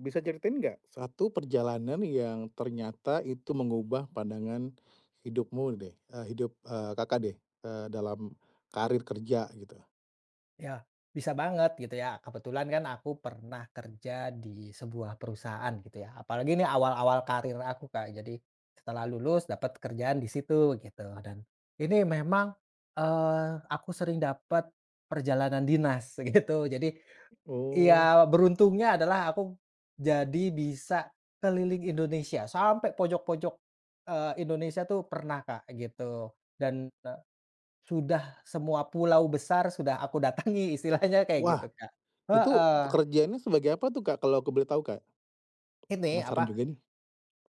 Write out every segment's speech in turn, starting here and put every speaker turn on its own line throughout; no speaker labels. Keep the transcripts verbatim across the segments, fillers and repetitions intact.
Bisa ceritain nggak satu perjalanan yang ternyata itu mengubah pandangan hidupmu deh, eee, hidup, eee, Kakak deh, eee, dalam karir kerja gitu?
Ya, bisa banget gitu ya. Kebetulan kan aku pernah kerja di sebuah perusahaan gitu ya. Apalagi ini awal-awal karir aku, Kak. Jadi setelah lulus dapat kerjaan di situ gitu dan ini memang, eee, aku sering dapat perjalanan dinas gitu. Jadi
Oh.
ya beruntungnya adalah aku jadi bisa keliling Indonesia, sampai pojok-pojok, eee, Indonesia tuh pernah, Kak, gitu. Dan sudah semua pulau besar sudah aku datangi istilahnya kayak
Wah,
gitu, Kak.
itu
Heeh,
pekerjaannya sebagai apa tuh, Kak, kalau aku boleh tahu, Kak?
ini
Penasaran
apa,
juga nih.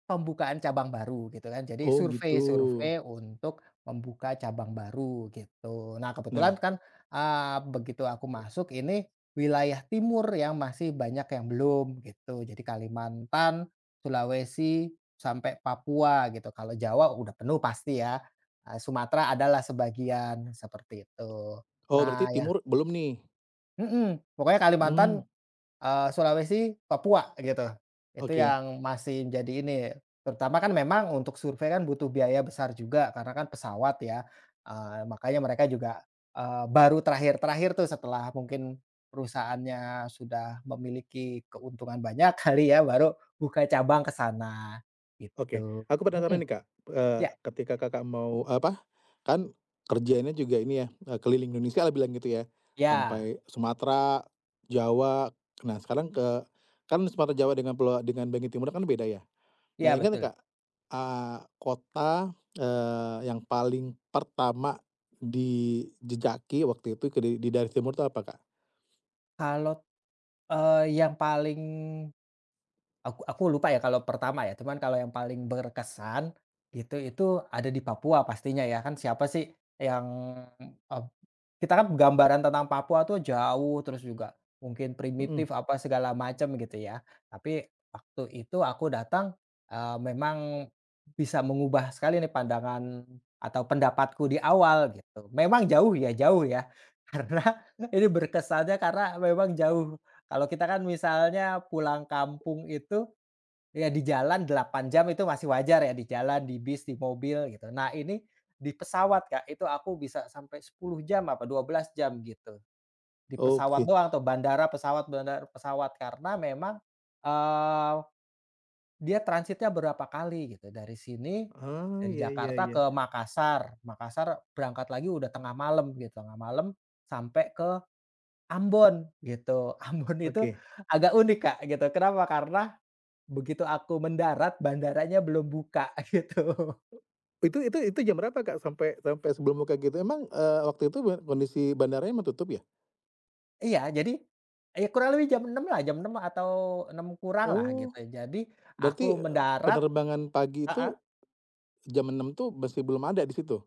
pembukaan cabang baru gitu kan. Jadi
Oh gitu.
survei-survei untuk membuka cabang baru gitu. Nah kebetulan
Nah,
kan, eee, begitu aku masuk ini wilayah timur yang masih banyak yang belum gitu. Jadi Kalimantan, Sulawesi, sampai Papua gitu. Kalau Jawa udah penuh pasti ya, eee, Sumatera adalah sebagian, seperti itu.
oh berarti
Nah, ya,
timur belum nih?
mhm, pokoknya Kalimantan,
Hmm.
eee, Sulawesi, Papua gitu. Itu
Oke.
yang masih jadi ini, terutama kan memang untuk survei kan butuh biaya besar juga karena kan pesawat ya, eee, makanya mereka juga, eee, baru terakhir-terakhir tuh setelah mungkin perusahaannya sudah memiliki keuntungan banyak kali ya, baru buka cabang ke sana,
Oke,
gitu.
aku penasaran
Mhm,
nih, Kak, eee,
ya
ketika Kakak mau apa, kan kerjanya juga ini ya, eee, keliling Indonesia lah bilang gitu ya,
ya,
sampai Sumatera, Jawa. Nah, sekarang, Mhm. ke kan Sumatera Jawa dengan pulau dengan Bangi Timur kan beda ya. Nah,
iya,
ingat nggak,
betul.
Kak, eee, kota, eee, yang paling pertama dijejaki waktu itu ke di di dari timur itu apa, Kak?
Kalau, eee, yang paling Aku aku lupa ya kalau pertama ya, cuman kalau yang paling berkesan gitu, itu ada di Papua pastinya ya, kan siapa sih yang, eee, kita kan gambaran tentang Papua tuh jauh, terus juga mungkin
Mhm.
primitif, apa segala macam gitu ya. Tapi waktu itu aku datang, eee, memang bisa mengubah sekali nih pandangan atau pendapatku di awal gitu. Memang jauh ya, jauh ya, karena ini berkesannya karena memang jauh. Kalau kita kan misalnya pulang kampung itu, ya di jalan delapan jam itu masih wajar ya, di jalan, di bis, di mobil gitu. Nah ini di pesawat Kak, itu aku bisa sampai sepuluh jam apa dua belas jam gitu. Di pesawat
Oke.
doang tuh, bandara, pesawat, bandara, pesawat. Karena memang, eee, dia transitnya berapa kali gitu, dari sini,
Oh,
dari
iya iya
Jakarta
iya.
ke Makassar. Makassar berangkat lagi udah tengah malam gitu, tengah malam sampai Ambon gitu. Ambon itu
Oke.
agak unik, Kak, gitu. Kenapa? Karena begitu aku mendarat bandaranya belum buka gitu.
Itu itu itu jam berapa, Kak, sampai sampai sebelum buka gitu? Emang, eee, waktu itu be kondisi bandaranya emang tutup ya?
Iya, jadi ya kurang lebih jam enam lah, jam enam atau enam kurang lah
Oh,
gitu. Jadi aku
berarti, eee,
mendarat.
penerbangan pagi itu jam enam tuh masih belum ada di situ?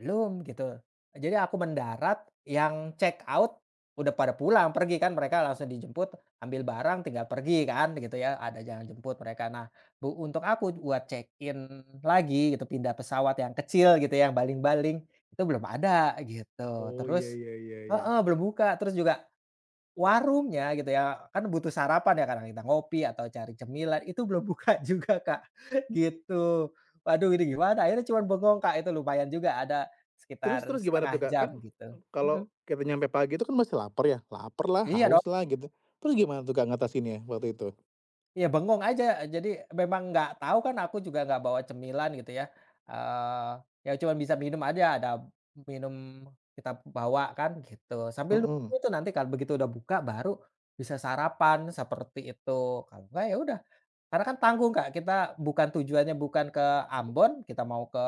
Belum gitu. Jadi aku mendarat, yang check out udah pada pulang, pergi kan mereka langsung dijemput, ambil barang tinggal pergi kan gitu ya, ada yang jemput mereka. Nah, bu untuk aku buat check-in lagi gitu, pindah pesawat yang kecil gitu, yang baling-baling, itu belum ada gitu.
Oh, iya
Terus
iya iya iya.
heeh, belum buka, terus juga warungnya gitu ya, kan butuh sarapan ya kadang kita ngopi atau cari cemilan, itu belum buka juga, Kak, gitu. Waduh ini gimana, akhirnya cuma bengong, Kak, itu lumayan juga ada
Terus
sekitar
terus gimana
setengah
tuh, Kak?
jam
Kan,
gitu.
eh,
Mhm.
kalau kita nyampe pagi itu kan masih lapar ya, laparlah,
Iya.
hauslah, gitu. Terus gimana tuh, Kak, ngatasinnya waktu itu?
Iya bengong aja, jadi memang nggak tahu kan aku juga nggak bawa cemilan gitu ya, eee, ya cuman bisa minum aja, ada minum kita bawa kan gitu, sambil nunggu
Mhm.
itu nanti kan begitu udah buka baru bisa sarapan seperti itu, kalau nggak ya udah. Karena kan tanggung Kak, kita bukan tujuannya bukan ke Ambon, kita mau ke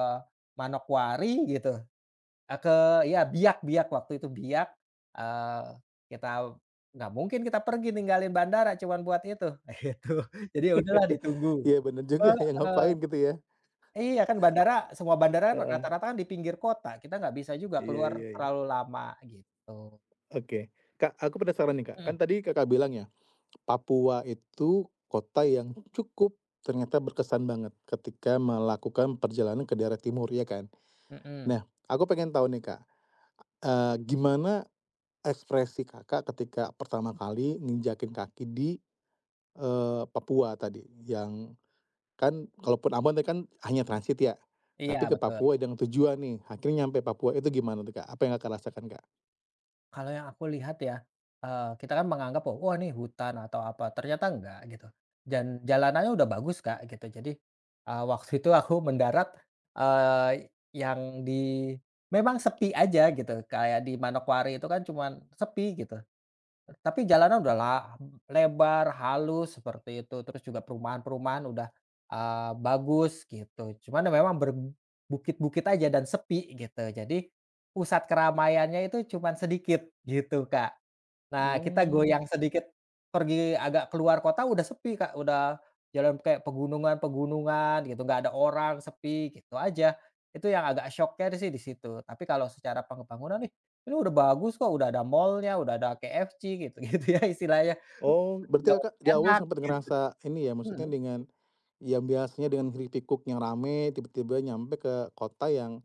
Manokwari gitu. Eee, ke ya Biak, Biak, waktu itu Biak, eee, kita nggak mungkin kita pergi ninggalin bandara cuman buat itu, gitu. Jadi ya udahlah ditunggu.
Iya bener juga ya,
Heeh.
ngapain gitu ya?
Iya, kan bandara semua bandara kan
Heeh,
rata-rata kan di pinggir kota, kita nggak bisa juga
iya
keluar
iya iya.
terlalu lama gitu.
Oke, Kak, aku penasaran nih, Kak. Kan
Mhm
tadi Kakak bilang ya Papua itu kota yang cukup ternyata berkesan banget ketika melakukan perjalanan ke daerah timur, ya kan?
mhm.
Nah, aku pengen tahu nih, Kak, eee, gimana ekspresi Kakak ketika pertama kali nginjakin kaki di, eee, Papua tadi? Yang kan kalaupun Ambon tadi kan hanya transit ya,
Iya,
tapi ke
betul.
Papua dengan tujuan nih, akhirnya nyampe Papua itu gimana tuh, Kak? Apa yang Kakak rasakan, Kak?
Kalau yang aku lihat ya, eee, kita kan menganggap, oh, wah, nih hutan atau apa, ternyata enggak gitu. Dan jalanannya udah bagus, Kak, gitu. Jadi, eee, waktu itu aku mendarat, eee, yang di memang sepi aja gitu, kayak di Manokwari itu kan cuman sepi gitu. Tapi jalanan udah la lebar, halus seperti itu, terus juga perumahan-perumahan udah, eee, bagus gitu. Cuman ya memang berbukit-bukit aja dan sepi gitu. Jadi pusat keramaiannya itu cuman sedikit gitu, Kak. Nah, kita
Mmm.
goyang sedikit, pergi agak keluar kota udah sepi, Kak, udah jalan kayak pegunungan-pegunungan gitu, nggak ada orang, sepi, gitu aja. Itu yang agak syoknya sih di situ. Tapi kalau secara pembangunan nih, ini udah bagus kok, udah ada mall-nya, udah ada K F C gitu-gitu ya istilahnya,
Oh,
udah
berarti Kakak di awal
enak
sempat
gitu.
ngerasa ini ya,
Mhm,
maksudnya dengan yang biasanya dengan keripik-Cook yang rame, tiba-tiba nyampe ke kota yang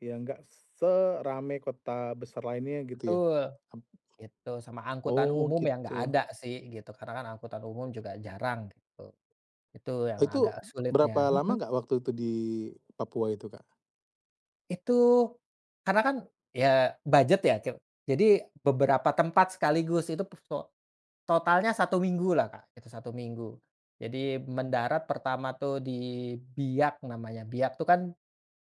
ya nggak serame kota besar lainnya gitu ya?
betul,
Ap
gitu. Sama angkutan
oh
umum yang nggak
gitu.
ada sih gitu, karena kan angkutan umum juga jarang gitu. Itu
Oh,
yang
itu
agak sulitnya,
berapa lama
mhm.
nggak waktu itu di Papua itu, Kak?
Itu karena kan ya budget ya, kit jadi beberapa tempat sekaligus itu pes to totalnya 1 minggulah, Kak, itu satu minggu. Jadi mendarat pertama tuh di Biak namanya, Biak tuh kan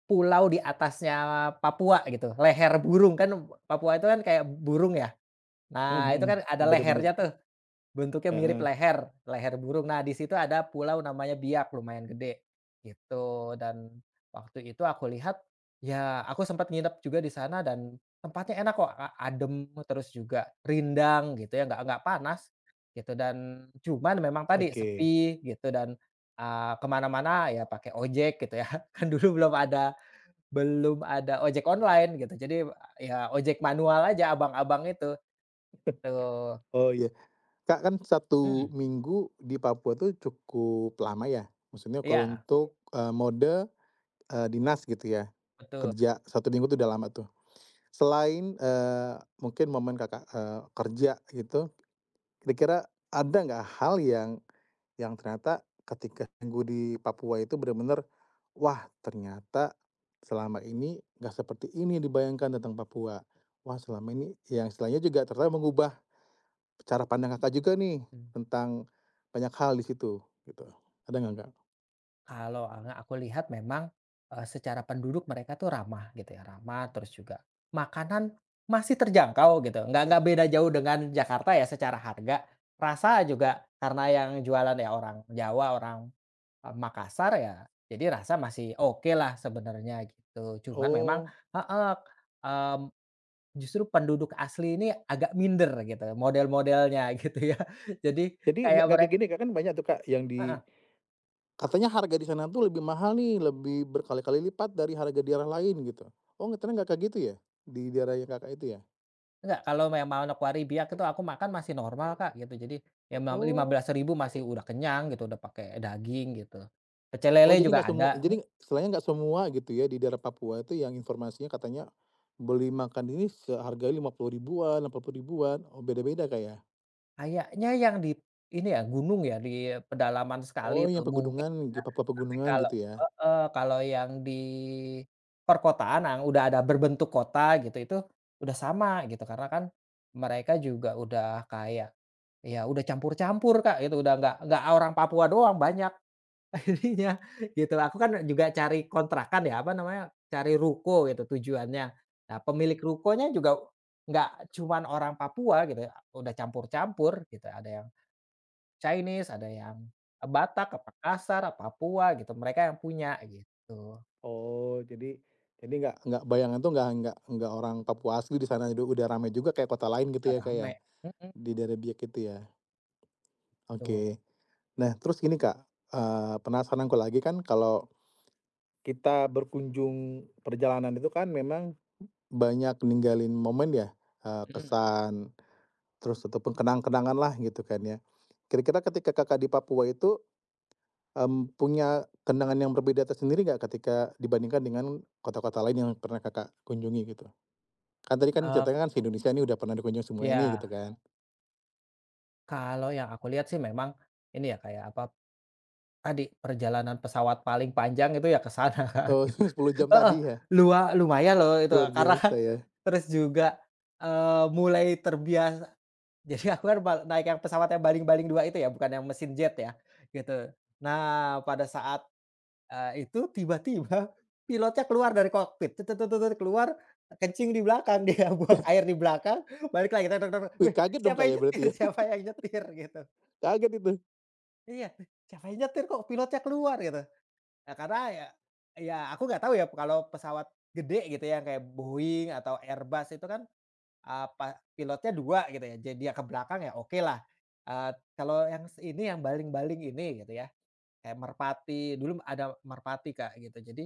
pulau di atasnya Papua gitu, leher burung kan Papua itu kan kayak burung ya.
Mhm
Nah itu kan ada
mhm, bener bener,
lehernya tuh. Bentuknya mirip
heeh,
leher, leher burung. Nah, di situ ada pulau namanya Biak, lumayan gede, gitu. Dan waktu itu aku lihat, ya aku sempat nginep juga di sana dan tempatnya enak kok, a adem, terus juga rindang gitu ya, nggak nggak panas, gitu. Dan cuman memang tadi
oke.
sepi gitu dan, eee, ke mana ya pakai ojek gitu ya. Kan dulu belum ada belum ada ojek online gitu, jadi ya ojek manual aja, abang-abang itu, tuh.
Oh iya, Kak, kan satu
Mhm,
minggu di Papua tuh cukup lama ya? Maksudnya kalau
iya,
untuk, eee, mode, eee, dinas gitu ya?
betul.
Kerja satu minggu tuh udah lama tuh. Selain, eee, mungkin momen Kakak, eee, kerja gitu, kira-kira ada nggak hal yang yang ternyata ketika tinggal di Papua itu benar-benar, "Wah, ternyata selama ini nggak seperti ini yang dibayangkan tentang Papua. Wah, selama ini," yang istilahnya juga ternyata mengubah cara pandang Kakak juga nih tentang banyak hal di situ gitu, ada nggak, Kak?
Kalau anga aku lihat memang, eee, secara penduduk mereka tuh ramah gitu ya, ramah terus juga makanan masih terjangkau gitu, nggak nggak beda jauh dengan Jakarta ya secara harga. Rasa juga karena yang jualan ya orang Jawa, orang, eee, Makassar ya, jadi rasa masih oke lah sebenarnya gitu. Cuman memang
Oh,
heeh, mmm, justru penduduk asli ini agak minder gitu model-modelnya gitu ya. Jadi
jadi nggak
kayak
nggak kayak
mereka.
gini, Kak, kan banyak tuh, Kak, yang di katanya harga di sana tuh lebih mahal nih, lebih berkali-kali lipat dari harga daerah lain gitu. Oh, ternyata nggak kayak gitu ya? Di daerahnya Kakak itu ya?
Enggak, kalau memang Nokuaribiak itu aku makan masih normal, Kak, gitu. Jadi ya ma lima
Oh.
belas ribu masih udah kenyang gitu, udah pakai daging gitu. Pecel
Oh,
lele
jadi
juga
nggak semua,
ada,
jadi
mmm,
istilahnya nggak semua gitu ya di daerah Papua itu yang informasinya katanya beli makan ini seharga lima puluh ribuan, rp puluh ribuan, oh beda-beda Kak ya?
kayaknya yang di ini ya gunung ya, di pedalaman sekali
Oh,
tuh
yang
mungkin,
pegunungan, di Papua
tapi
pegunungan
kalau
gitu ya?
heeh, kalau yang di perkotaan yang udah ada berbentuk kota gitu, itu udah sama gitu. Karena kan mereka juga udah kayak, ya udah campur-campur, Kak, gitu. Udah nggak nggak orang Papua doang, banyak. Akhirnya gitu, aku kan juga cari kontrakan ya, apa namanya, cari ruko gitu tujuannya. Nah, pemilik rukonya juga nggak cuman orang Papua gitu ya, udah campur-campur gitu, ada yang Chinese, ada yang eh, Batak, apa Kasar, apa Papua gitu, mereka yang punya gitu,
Oh, jadi jadi nggak Nggak bayangan tuh nggak nggak nggak orang Papua asli di sana udah udah ramai juga kayak kota lain gitu
udah
ya, Kak, ya?
rame. Mhm,
Di daerah Biak itu ya?
betul,
Oke. Nah, terus gini, Kak, eh, penasaran aku lagi kan kalau kita berkunjung perjalanan itu kan memang banyak ninggalin momen ya, eee,
mhm,
kesan, terus ataupun kenang lah gitu kan ya. Kira-kira ketika Kakak di Papua itu, mmm, punya kenangan yang berbeda tersendiri nggak ketika dibandingkan dengan kota-kota lain yang pernah Kakak kunjungi gitu? Kan tadi kan
eee,
ceritanya kan se-Indonesia ini udah pernah dikunjungi semua ini
ya
gitu kan.
kalau yang aku lihat sih memang ini ya, kayak apa tadi, perjalanan pesawat paling panjang itu ya ke sana, Kak,
Oh,
gitu.
sepuluh jam
Heeh,
tadi ya?
lua lumayan loh itu,
Luar
karena kan
biasa ya.
terus juga, eee, mulai terbiasa jadi aku kan pal naik yang pesawat yang baling-baling dua itu ya, bukan yang mesin jet ya, gitu. Nah, pada saat, eee, itu tiba-tiba pilotnya keluar dari kokpit, keluar, kencing di belakang dia, buang air di belakang, balik lagi,
Wih,
"Wih,
kaget dong,
siapa
Kak,
yang
ya berarti
nyetir
ya?
siapa yang nyetir?" Gitu.
Kaget itu?
Iya, "Siapa yang nyetir kok pilotnya keluar?" Gitu. Eee, karena ya ya aku nggak tahu ya kalau pesawat gede gitu ya, kayak Boeing atau Airbus itu kan, apa pilotnya dua gitu ya, jadi dia ke belakang ya okelah. Eee, kalau yang s ini yang baling-baling ini gitu ya, kayak merpati, dulu ada merpati, Kak, gitu. Jadi,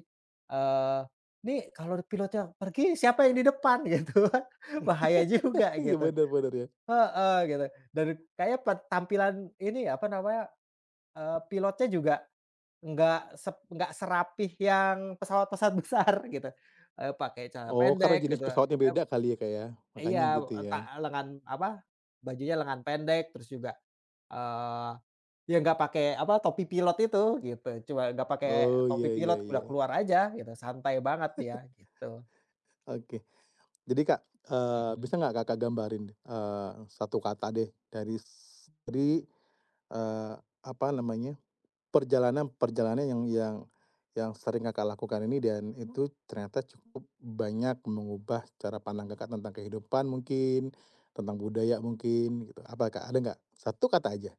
eee, nih kalau pilotnya pergi siapa yang di depan gitu kan, bahaya juga
Iya,
gitu.
benar-benar ya.
Heeh, gitu. Dan kayak pe tampilan ini apa namanya, eee, pilotnya juga Nggak sep nggak serapih yang pesawat-pesawat besar gitu, eee, pakai celana
Oh, karena
pendek
jenis
gitu,
pesawatnya
eee,
beda kali ya, Kak, ya?
iya,
Makanya gitu ya.
tak lengan apa, bajunya lengan pendek terus juga, eee, ya nggak pakai apa, topi pilot itu gitu, cuma nggak pakai
Oh,
topi
iya iya
pilot, udah
iya.
keluar aja gitu, santai banget dia gitu,
Oke. Jadi, Kak, eee,
mhm.
bisa nggak Kakak gambarin, eee, satu kata deh dari s dari, eee, apa namanya, perjalanan-perjalanan yang yang yang sering Kakak lakukan ini dan itu ternyata cukup banyak mengubah cara pandang Kakak tentang kehidupan mungkin, tentang budaya mungkin gitu. Apa, Kak, ada nggak? Satu kata aja?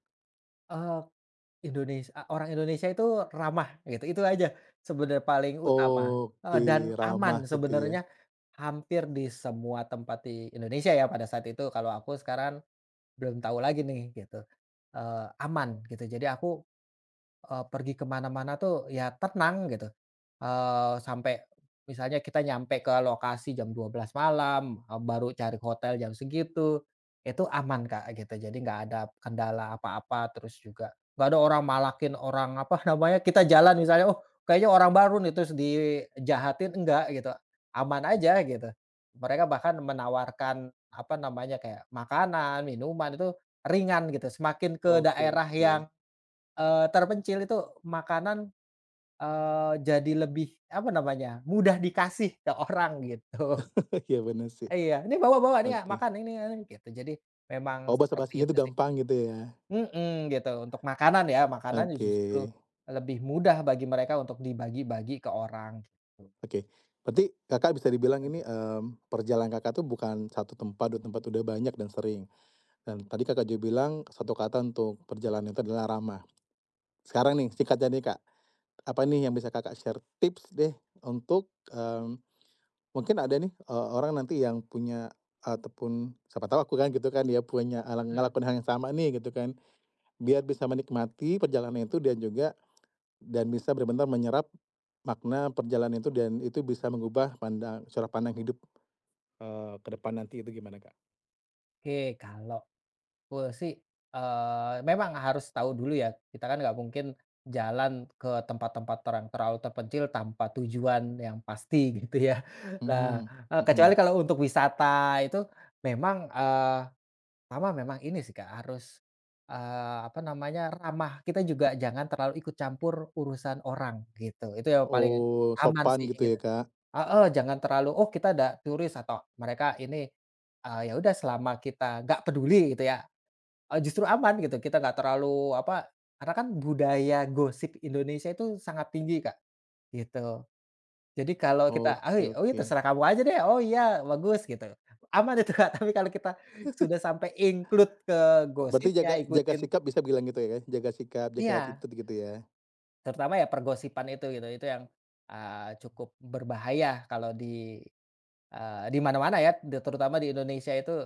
Indonesia a orang Indonesia itu ramah gitu, itu aja sebenar paling utama, heeh,
Oke,
dan
ramah
aman
gitu ya.
sebenarnya hampir di semua tempat di Indonesia ya pada saat itu, kalau aku sekarang belum tahu lagi nih gitu, eee, aman gitu. Jadi aku Eee, pergi ke mana-mana tuh ya tenang gitu, eee, sampai misalnya kita nyampe ke lokasi jam dua belas malam, eee, baru cari hotel jam segitu, itu aman Kak gitu. Jadi nggak ada kendala apa-apa, terus juga nggak ada orang malakin orang, apa namanya, kita jalan misalnya, "Oh kayaknya orang baru nih," terus dijahatin, enggak gitu, aman aja gitu. Mereka bahkan menawarkan, apa namanya, kayak makanan, minuman itu ringan gitu, semakin ke
Oke,
daerah
oke.
yang Eee, terpencil itu makanan, eee, jadi lebih, apa namanya, mudah dikasih ke orang gitu.
Iya benar sih.
Iya, "Ini bawa bawa, nih,
Oke.
makan ini ini," gitu. Jadi memang
Oh,
seperti
basa-basinya
itu
itu
sih
gampang gitu ya?
mhm, gitu. Untuk makanan ya, makanan
Oke.
justru lebih mudah bagi mereka untuk dibagi-bagi ke orang gitu.
Oke. Berarti Kakak bisa dibilang ini, mmm, perjalanan Kakak tuh bukan satu tempat, dua tempat, udah banyak dan sering. Dan tadi Kakak juga bilang satu kata untuk perjalanan itu adalah ramah. Sekarang nih singkatnya nih, Kak, apa nih yang bisa Kakak share tips deh untuk, mmm, mungkin ada nih, eee, orang nanti yang punya ataupun siapa tahu aku kan gitu kan, dia punya ala
Mhm,
ngelakuin hal yang sama nih gitu kan. Biar bisa menikmati perjalanan itu dan juga dan bisa benar-benar menyerap makna perjalanan itu dan itu bisa mengubah pandang cara pandang hidup, eee, ke depan nanti itu gimana, Kak?
oke kalau Full sih, eee, memang harus tahu dulu ya, kita kan nggak mungkin jalan ke tempat-tempat terang terlalu terpencil tanpa tujuan yang pasti gitu ya.
Mhm
Nah, eee,
mhm.
kecuali kalau untuk wisata itu memang, eee, pertama memang ini sih Kak, harus, eee, apa namanya, ramah. Kita juga jangan terlalu ikut campur urusan orang gitu, itu yang paling
Oh,
aman
sopan
sih
gitu ya,
gitu.
Kak?
Heeh, jangan terlalu, "Oh kita ada turis," atau mereka ini, eee, ya udah selama kita nggak peduli gitu ya, Eee, justru aman gitu, kita nggak terlalu apa, karena kan budaya gosip Indonesia itu sangat tinggi, Kak, gitu. Jadi kalau kita, "Ah,
Oke,
oh ya
oke.
terserah kamu aja deh," "Oh iya bagus," gitu. Aman itu, Kak, tapi kalau kita sudah sampai include ke
Berarti
gosip
jaga
ya
jaga
ikutin
sikap bisa bilang gitu ya, Kak? Jaga sikap, jaga
iya,
attitude gitu ya?
terutama ya pergosipan itu gitu, itu yang, eee, cukup berbahaya kalau di, eee, di mana-mana ya, terutama di Indonesia itu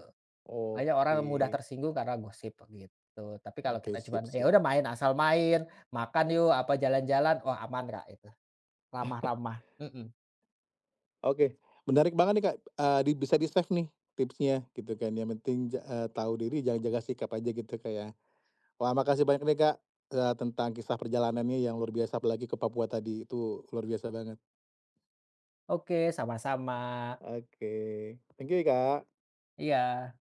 banyak orang
Oke.
mudah tersinggung karena gosip, gitu. Tapi kalau
Oke,
kita
sip
cuman, ya
sip.
udah main, asal main, makan yuk, apa jalan-jalan, wah aman Kak, itu. Ramah-ramah, mhm.
Oke, menarik banget nih, Kak, eee, di bisa di-save nih tipsnya gitu kan, yang penting ja eee, tahu diri, jangan jaga sikap aja gitu, kayak. Wah, makasih banyak nih, Kak, eee, tentang kisah perjalanannya yang luar biasa, apalagi ke Papua tadi, itu luar biasa banget.
Oke, sama-sama.
Oke. Thank you, ya Kak.
Iya.